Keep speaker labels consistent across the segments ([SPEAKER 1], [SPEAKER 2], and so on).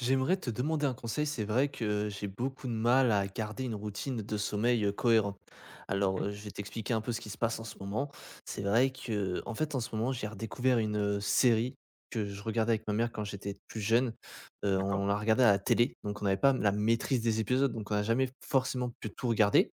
[SPEAKER 1] J'aimerais te demander un conseil. C'est vrai que j'ai beaucoup de mal à garder une routine de sommeil cohérente. Alors,
[SPEAKER 2] Mmh.
[SPEAKER 1] euh, je vais t'expliquer un peu ce qui se passe en ce moment. C'est vrai que, en fait, en ce moment, j'ai redécouvert une série que je regardais avec ma mère quand j'étais plus jeune. Euh,
[SPEAKER 2] D'accord.
[SPEAKER 1] on la regardait à la télé, donc on n'avait pas la maîtrise des épisodes, donc on n'a jamais forcément pu tout regarder.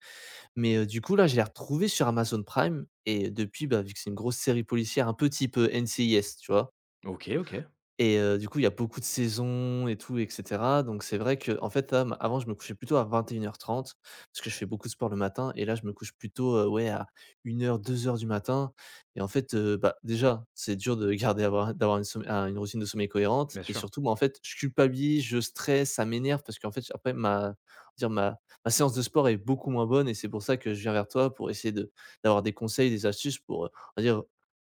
[SPEAKER 1] Mais du coup, là, je l'ai retrouvée sur Amazon Prime. Et depuis, bah, vu que c'est une grosse série policière, un peu type NCIS, tu vois,
[SPEAKER 2] OK, OK.
[SPEAKER 1] et du coup, il y a beaucoup de saisons et tout et cetera. Donc c'est vrai que en fait, là, m avant, je me couchais plutôt à 21:30 parce que je fais beaucoup de sport le matin et là, je me couche plutôt, ouais, à 1 heure, 2 heures du matin et en fait, bah, déjà, c'est dur de garder avoir d'avoir une routine de sommeil cohérente
[SPEAKER 2] Bien
[SPEAKER 1] et
[SPEAKER 2] sûr.
[SPEAKER 1] surtout, moi, en fait, je culpabilise, je stresse, ça m'énerve parce qu'en fait, après ma dire ma ma séance de sport est beaucoup moins bonne et c'est pour ça que je viens vers toi pour essayer de d'avoir des conseils, des astuces pour, on va dire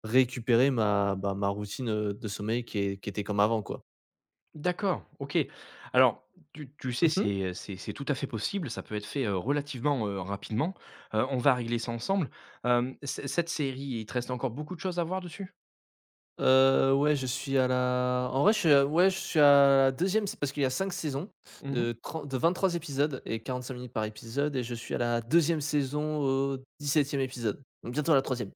[SPEAKER 1] récupérer ma, bah, ma routine, de sommeil qui était comme avant, quoi.
[SPEAKER 2] D'accord, OK. Alors tu sais,
[SPEAKER 1] Mmh mh.
[SPEAKER 2] c'est tout à fait possible, ça peut être fait, relativement, rapidement. On va régler ça ensemble. Hem, c Cette série, il te reste encore beaucoup de choses à voir dessus?
[SPEAKER 1] Ouais, je suis à la en vrai, je suis à ouais, je suis à la 2e parce qu'il y a 5 saisons
[SPEAKER 2] Mmh.
[SPEAKER 1] de 23 épisodes et 45 minutes par épisode et je suis à la deuxième saison au 17e épisode, donc bientôt à la troisième.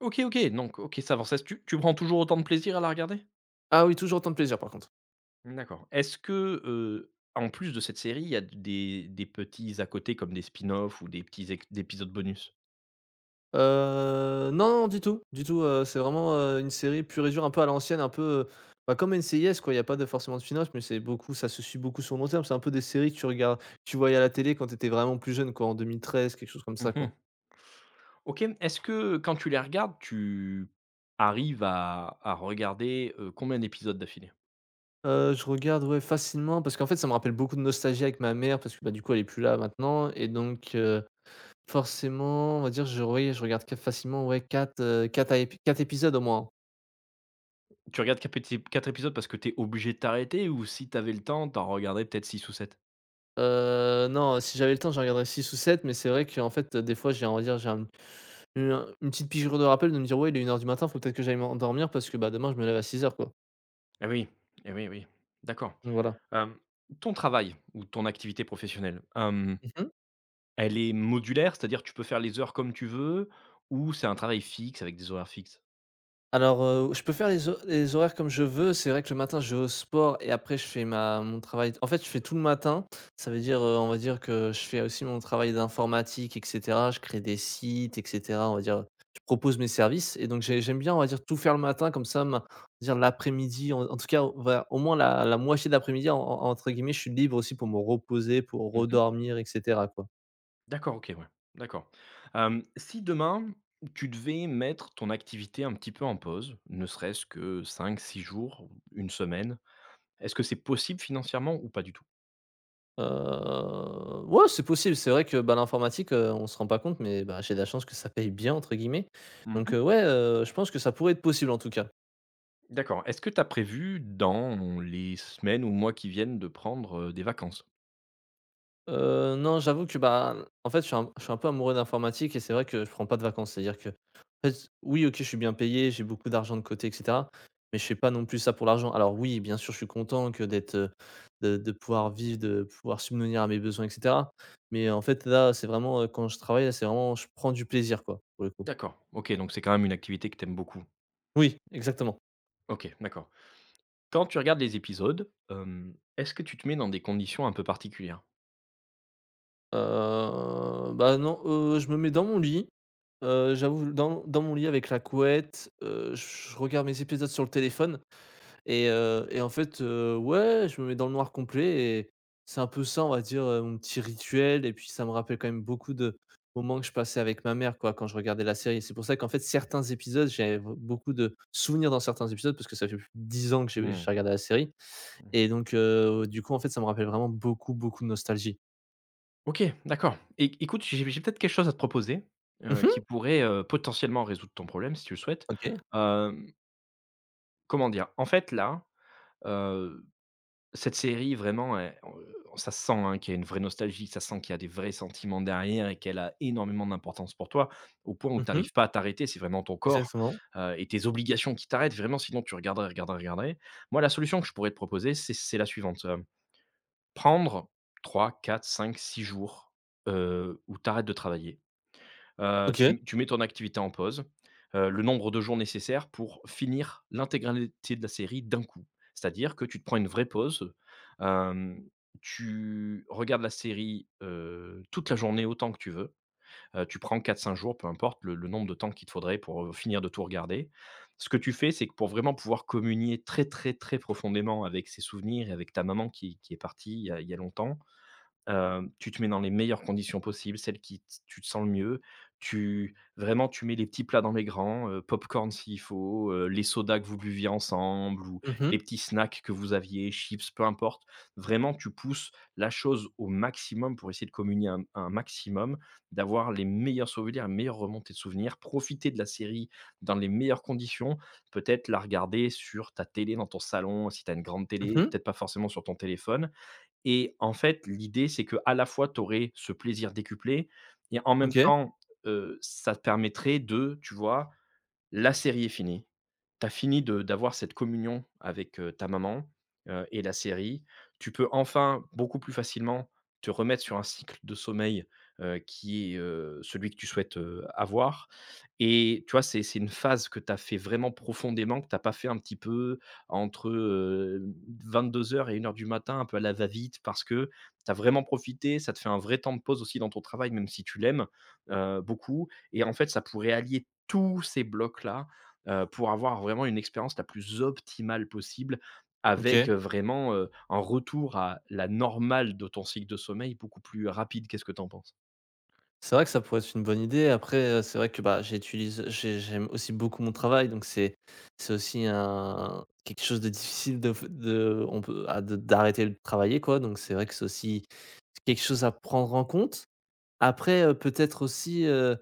[SPEAKER 2] OK, OK, donc OK, ça avance. Est-ce que tu prends toujours autant de plaisir à la regarder?
[SPEAKER 1] Ah oui, toujours autant de plaisir, par contre.
[SPEAKER 2] D'accord. Est-ce que, en plus de cette série, il y a des petits à côté comme des spin offs ou des petits éc des épisodes bonus?
[SPEAKER 1] Non, non, du tout, c'est vraiment, une série pure et dure, un peu à l'ancienne, un peu, bah, comme NCIS quoi, il y a pas de forcément de spin mais c'est beaucoup ça se suit beaucoup sur le long terme. C'est un peu des séries que tu regardes que tu voyais à la télé quand tu étais vraiment plus jeune quoi, en 2013, quelque chose comme ça quoi.
[SPEAKER 2] Mmh. OK. Est-ce que quand tu les regardes, tu arrives à regarder, combien d'épisodes d'affilée?
[SPEAKER 1] Je regarde, ouais, facilement parce qu'en fait, ça me rappelle beaucoup de nostalgie avec ma mère parce que, bah, du coup, elle est plus là maintenant et donc forcément, on va dire, je oui, je regarde qu facilement, ouais, 4 à ép 4 épisodes au moins.
[SPEAKER 2] Tu regardes quatre péti 4 épisodes parce que tu es obligé de t'arrêter ou si tu avais le temps, t'en regardais peut-être 6 ou sept.
[SPEAKER 1] Non, si j'avais le temps, j'en regarderais 6 ou 7, mais c'est vrai qu'en fait, des fois, j'ai on va dire, j'ai un une petite piqûre de rappel de me dire: «Ouais, il est 1 heure du matin, faut peut-être que j'aille m'endormir parce que, bah, demain je me lève à 6 heures quoi».
[SPEAKER 2] Eh oui, eh oui, oui. D'accord.
[SPEAKER 1] Donc voilà.
[SPEAKER 2] Hem, Ton travail ou ton activité professionnelle,
[SPEAKER 1] Mmh.
[SPEAKER 2] elle est modulaire? C'est-à-dire tu peux faire les heures comme tu veux ou c'est un travail fixe avec des horaires fixes?
[SPEAKER 1] Alors, je peux faire les horaires comme je veux. C'est vrai que le matin, je vais au sport et après je fais ma mon travail en fait, je fais tout le matin. Ça veut dire, on va dire que je fais aussi mon travail d'informatique et cetera. Je crée des sites et cetera. On va dire, je propose mes services et donc j'aime bien, on va dire, tout faire le matin comme ça, ma on va dire l'après-midi, en tout cas, on va au moins la moitié de l'après-midi en entre guillemets, je suis libre aussi pour me reposer, pour
[SPEAKER 2] Mmh.
[SPEAKER 1] redormir et cetera quoi.
[SPEAKER 2] D'accord, OK, ouais. D'accord. Si demain, tu devais mettre ton activité un petit peu en pause, ne serait-ce que cinq, six jours, une semaine, est-ce que c'est possible financièrement ou pas du tout?
[SPEAKER 1] Ouais, c'est possible. C'est vrai que, bah, l'informatique, on se rend pas compte, mais, bah, j'ai de la chance que ça paye bien entre guillemets. Donc,
[SPEAKER 2] Mmh.
[SPEAKER 1] ouais, je pense que ça pourrait être possible en tout cas.
[SPEAKER 2] D'accord. Est-ce que tu as prévu dans les semaines ou mois qui viennent de prendre, des vacances?
[SPEAKER 1] Non, j'avoue que, bah, en fait, je suis un peu amoureux d'informatique et c'est vrai que je prends pas de vacances. C'est-à-dire que, en fait, oui, OK, je suis bien payé, j'ai beaucoup d'argent de côté et cetera, mais je fais pas non plus ça pour l'argent. Alors oui, bien sûr, je suis content que d'être, de pouvoir vivre, de pouvoir subvenir à mes besoins et cetera, mais en fait, là, c'est vraiment, quand je travaille, là, c'est vraiment je prends du plaisir, quoi, pour le coup.
[SPEAKER 2] D'accord, OK, donc c'est quand même une activité que tu aimes beaucoup.
[SPEAKER 1] Oui, exactement.
[SPEAKER 2] OK, d'accord. Quand tu regardes les épisodes, est-ce que tu te mets dans des conditions un peu particulières?
[SPEAKER 1] Bah, non, je me mets dans mon lit, j'avoue dans mon lit avec la couette, je regarde mes épisodes sur le téléphone et en fait, ouais, je me mets dans le noir complet et c'est un peu ça, on va dire, mon petit rituel et puis ça me rappelle quand même beaucoup de moments que je passais avec ma mère, quoi, quand je regardais la série. C'est pour ça qu'en fait, certains épisodes, j'avais b beaucoup de souvenirs dans certains épisodes parce que ça fait plus de 10 ans que
[SPEAKER 2] Mmh.
[SPEAKER 1] j'ai regardé la série
[SPEAKER 2] Mmh.
[SPEAKER 1] et donc du coup, en fait, ça me rappelle vraiment beaucoup, beaucoup de nostalgie.
[SPEAKER 2] OK, d'accord. Et écoute, j'ai peut-être quelque chose à te proposer, qui pourrait, potentiellement résoudre ton problème si tu le souhaites.
[SPEAKER 1] OK.
[SPEAKER 2] Hem, Comment dire? En fait là, heu, cette série vraiment elle, ça se sent, hein, qu'il y a une vraie nostalgie, ça se sent qu'il y a des vrais sentiments derrière et qu'elle a énormément d'importance pour toi, au point où tu
[SPEAKER 1] Mmh mh.
[SPEAKER 2] n'arrives pas à t'arrêter. C'est vraiment ton corps,
[SPEAKER 1] Exactement.
[SPEAKER 2] heu et tes obligations qui t'arrêtent vraiment, sinon tu regarderais, regarderais, regarderais. Moi, la solution que je pourrais te proposer, c'est la suivante, prendre trois, quatre, cinq, six jours, où tu arrêtes de travailler. Heu,
[SPEAKER 1] OK.
[SPEAKER 2] tu tu mets ton activité en pause, le nombre de jours nécessaires pour finir l'intégralité de la série d'un coup. C'est-à-dire que tu te prends une vraie pause, hem, tu regardes la série, toute la journée autant que tu veux. Tu prends quatre cinq jours, peu importe le nombre de temps qu'il te faudrait pour, finir de tout regarder. Ce que tu fais, c'est que pour vraiment pouvoir communier très, très, très profondément avec ses souvenirs et avec ta maman qui est partie il y a longtemps. Tu te mets dans les meilleures conditions possibles, celles qui t tu te sens le mieux. Tu vraiment, tu mets les petits plats dans les grands, popcorn s'il faut, les sodas que vous buviez ensemble ou
[SPEAKER 1] Mmh mh.
[SPEAKER 2] les petits snacks que vous aviez, chips, peu importe. Vraiment, tu pousses la chose au maximum pour essayer de communier un maximum, d'avoir les meilleurs souvenirs, les meilleures remontées de souvenirs, profiter de la série dans les meilleures conditions, peut-être la regarder sur ta télé dans ton salon si tu as une grande
[SPEAKER 1] Mmh
[SPEAKER 2] télé,
[SPEAKER 1] mh.
[SPEAKER 2] peut-être pas forcément sur ton téléphone et en fait, l'idée, c'est que à la fois, tu aurais ce plaisir décuplé et en même
[SPEAKER 1] OK,
[SPEAKER 2] temps, ça te permettrait de, tu vois, la série est finie. Tu as fini de d'avoir cette communion avec, ta maman et la série. Tu peux enfin, beaucoup plus facilement, te remettre sur un cycle de sommeil, qui est, celui que tu souhaites, avoir et tu vois, c'est une phase que tu as fait vraiment profondément, que tu as pas fait un petit peu entre heures et une heure du matin, un peu à la va-vite parce que tu as vraiment profité. Ça te fait un vrai temps de pause aussi dans ton travail, même si tu l'aimes, beaucoup et en fait, ça pourrait allier tous ces blocs-là, pour avoir vraiment une expérience la plus optimale possible avec,
[SPEAKER 1] OK.
[SPEAKER 2] vraiment, un retour à la normale de ton cycle de sommeil beaucoup plus rapide. Qu'est-ce que tu en penses?
[SPEAKER 1] C'est vrai que ça pourrait être une bonne idée. Après, c'est vrai que, bah, j'aime aussi beaucoup mon travail, donc c'est aussi un quelque chose de difficile de f de d'arrêter de travailler, quoi, donc c'est vrai que c'est aussi quelque chose à prendre en compte. Après, peut-être aussi,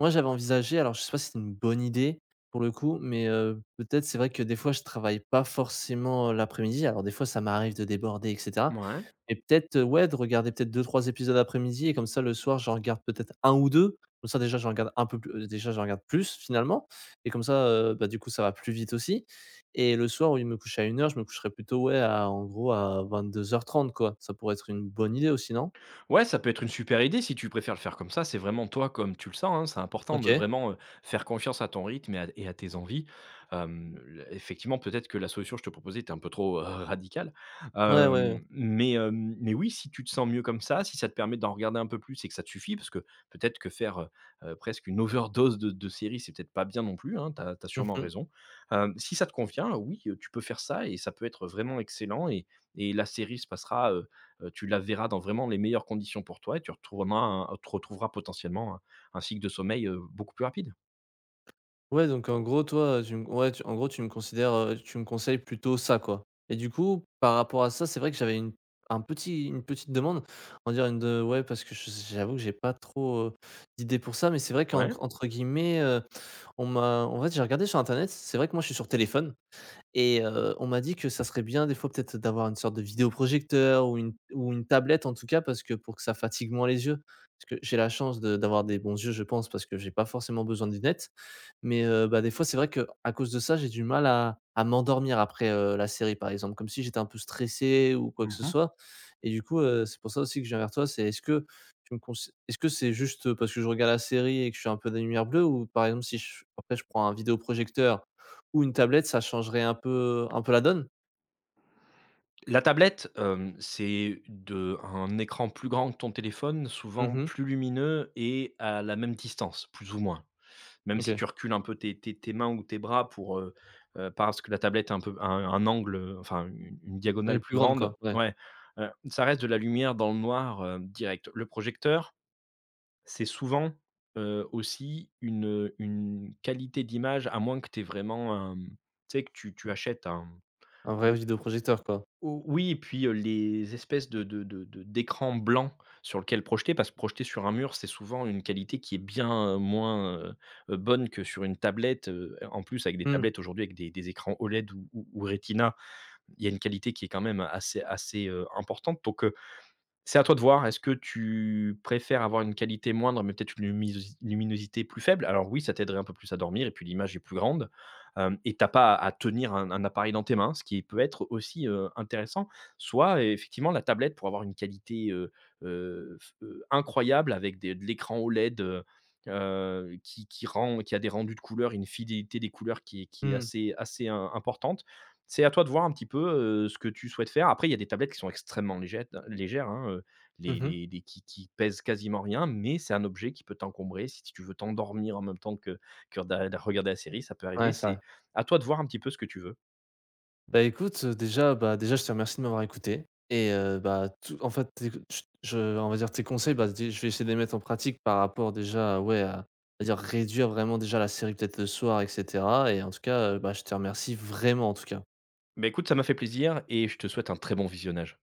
[SPEAKER 1] moi, j'avais envisagé, alors je sais pas si c'est une bonne idée pour le coup, mais peut-être c'est vrai que des fois, je travaille pas forcément, l'après-midi. Alors des fois, ça m'arrive de déborder et cetera.
[SPEAKER 2] Ouais.
[SPEAKER 1] Et peut-être, ouais, de regarder peut-être deux trois épisodes après midi et comme ça le soir j'en regarde peut-être un ou deux. Comme ça déjà j'en regarde un peu plus, déjà j'en regarde plus finalement et comme ça, bah, du coup ça va plus vite aussi et le soir, où il me couche à 1 heure je me coucherai plutôt, ouais, à en gros à 22:30 quoi. Ça pourrait être une bonne idée aussi, non?
[SPEAKER 2] Ouais, ça peut être une super idée si tu préfères le faire comme ça. C'est vraiment toi comme tu le sens, hein. C'est important de
[SPEAKER 1] OK.
[SPEAKER 2] vraiment, faire confiance à ton rythme et à tes envies. Hem, Effectivement, peut-être que la solution que je te proposais était un peu trop, radicale.
[SPEAKER 1] Ouais, ouais, ouais.
[SPEAKER 2] Mais oui, si tu te sens mieux comme ça, si ça te permet d'en regarder un peu plus et que ça te suffit, parce que peut-être que faire, presque une overdose de séries, c'est peut-être pas bien non plus, hein. Tu as sûrement
[SPEAKER 1] Mmh.
[SPEAKER 2] raison. Si ça te convient, oui, tu peux faire ça et ça peut être vraiment excellent et la série se passera, tu la verras dans vraiment les meilleures conditions pour toi et tu retrouveras un tu retrouveras potentiellement un cycle de sommeil, beaucoup plus rapide.
[SPEAKER 1] Ouais, donc en gros, toi, tu me tu me conseilles plutôt ça, quoi et du coup, par rapport à ça, c'est vrai que j'avais une petite demande, en dire une de ouais, parce que je j'avoue que j'ai pas trop, d'idées pour ça, mais c'est vrai
[SPEAKER 2] Ouais.
[SPEAKER 1] qu'entre guillemets, on m'a en fait, j'ai regardé sur internet, c'est vrai que moi, je suis sur téléphone et on m'a dit que ça serait bien des fois peut-être d'avoir une sorte de vidéoprojecteur ou une tablette, en tout cas, parce que pour que ça fatigue moins les yeux. Parce que j'ai la chance de d'avoir des bons yeux, je pense, parce que j'ai pas forcément besoin de lunettes mais, bah, des fois, c'est vrai que à cause de ça, j'ai du mal à m'endormir après, la série, par exemple, comme si j'étais un peu stressé ou quoi que ce
[SPEAKER 2] Mmh.
[SPEAKER 1] soit et du coup, c'est pour ça aussi que je viens vers toi, c'est est-ce que tu me conse est-ce que c'est juste, parce que je regarde la série et que je suis un peu dans la lumière bleue ou par exemple si je après je prends un vidéoprojecteur ou une tablette, ça changerait un peu la donne?
[SPEAKER 2] La tablette, c'est de un écran plus grand que ton téléphone, souvent
[SPEAKER 1] Mmh.
[SPEAKER 2] plus lumineux et à la même distance, plus ou moins. Même si
[SPEAKER 1] OK.
[SPEAKER 2] tu recules un peu tes mains ou tes bras pour, parce que la tablette a un peu un angle, enfin une
[SPEAKER 1] Elle est
[SPEAKER 2] diagonale
[SPEAKER 1] plus
[SPEAKER 2] plus
[SPEAKER 1] grande, quoi?
[SPEAKER 2] grande.
[SPEAKER 1] Ouais.
[SPEAKER 2] Ouais, ça reste de la lumière dans le noir, direct. Le projecteur. C'est souvent, aussi une qualité d'image, à moins que tu vraiment, tu sais que tu achètes un,
[SPEAKER 1] Un vrai vidéoprojecteur, quoi.
[SPEAKER 2] ou oui, et puis, les espèces de d'écrans blancs sur lequel projeter, parce que projeter sur un mur, c'est souvent une qualité qui est bien, moins, bonne que sur une tablette, en plus avec des
[SPEAKER 1] Mmh.
[SPEAKER 2] tablettes aujourd'hui avec des écrans OLED ou Retina, il y a une qualité qui est quand même assez assez, importante, donc c'est à toi de voir. Est-ce que tu préfères avoir une qualité moindre, mais peut-être une lumisosi luminosité plus faible? Alors oui, ça t'aiderait un peu plus à dormir et puis l'image est plus grande, hem et t'as pas à tenir un appareil dans tes mains, ce qui peut être aussi, intéressant. Soit effectivement la tablette pour avoir une qualité, f incroyable avec des de l'écran OLED, qui a des rendus de couleurs, une fidélité des couleurs qui est
[SPEAKER 1] Mmh.
[SPEAKER 2] assez assez im importante. C'est à toi de voir un petit peu, ce que tu souhaites faire. Après, il y a des tablettes qui sont extrêmement légères, légères, hein, les
[SPEAKER 1] Mmh.
[SPEAKER 2] les les qui pèsent quasiment rien, mais c'est un objet qui peut t'encombrer. Si tu veux t'endormir en même temps que da de regarder la série, ça peut
[SPEAKER 1] Ouais,
[SPEAKER 2] arriver.
[SPEAKER 1] c'est vrai.
[SPEAKER 2] C'est à toi de voir un petit peu ce que tu veux.
[SPEAKER 1] Bah, écoute, déjà, bah, déjà, je te remercie de m'avoir écouté et bah, tout en fait, tes ch je on va dire tes conseils, bah, dé je vais essayer de les mettre en pratique par rapport déjà, ouais, à on dire réduire vraiment déjà la série peut-être le soir et cetera et en tout cas, bah, je te remercie vraiment en tout cas.
[SPEAKER 2] Bah, écoute, ça m'a fait plaisir et je te souhaite un très bon visionnage.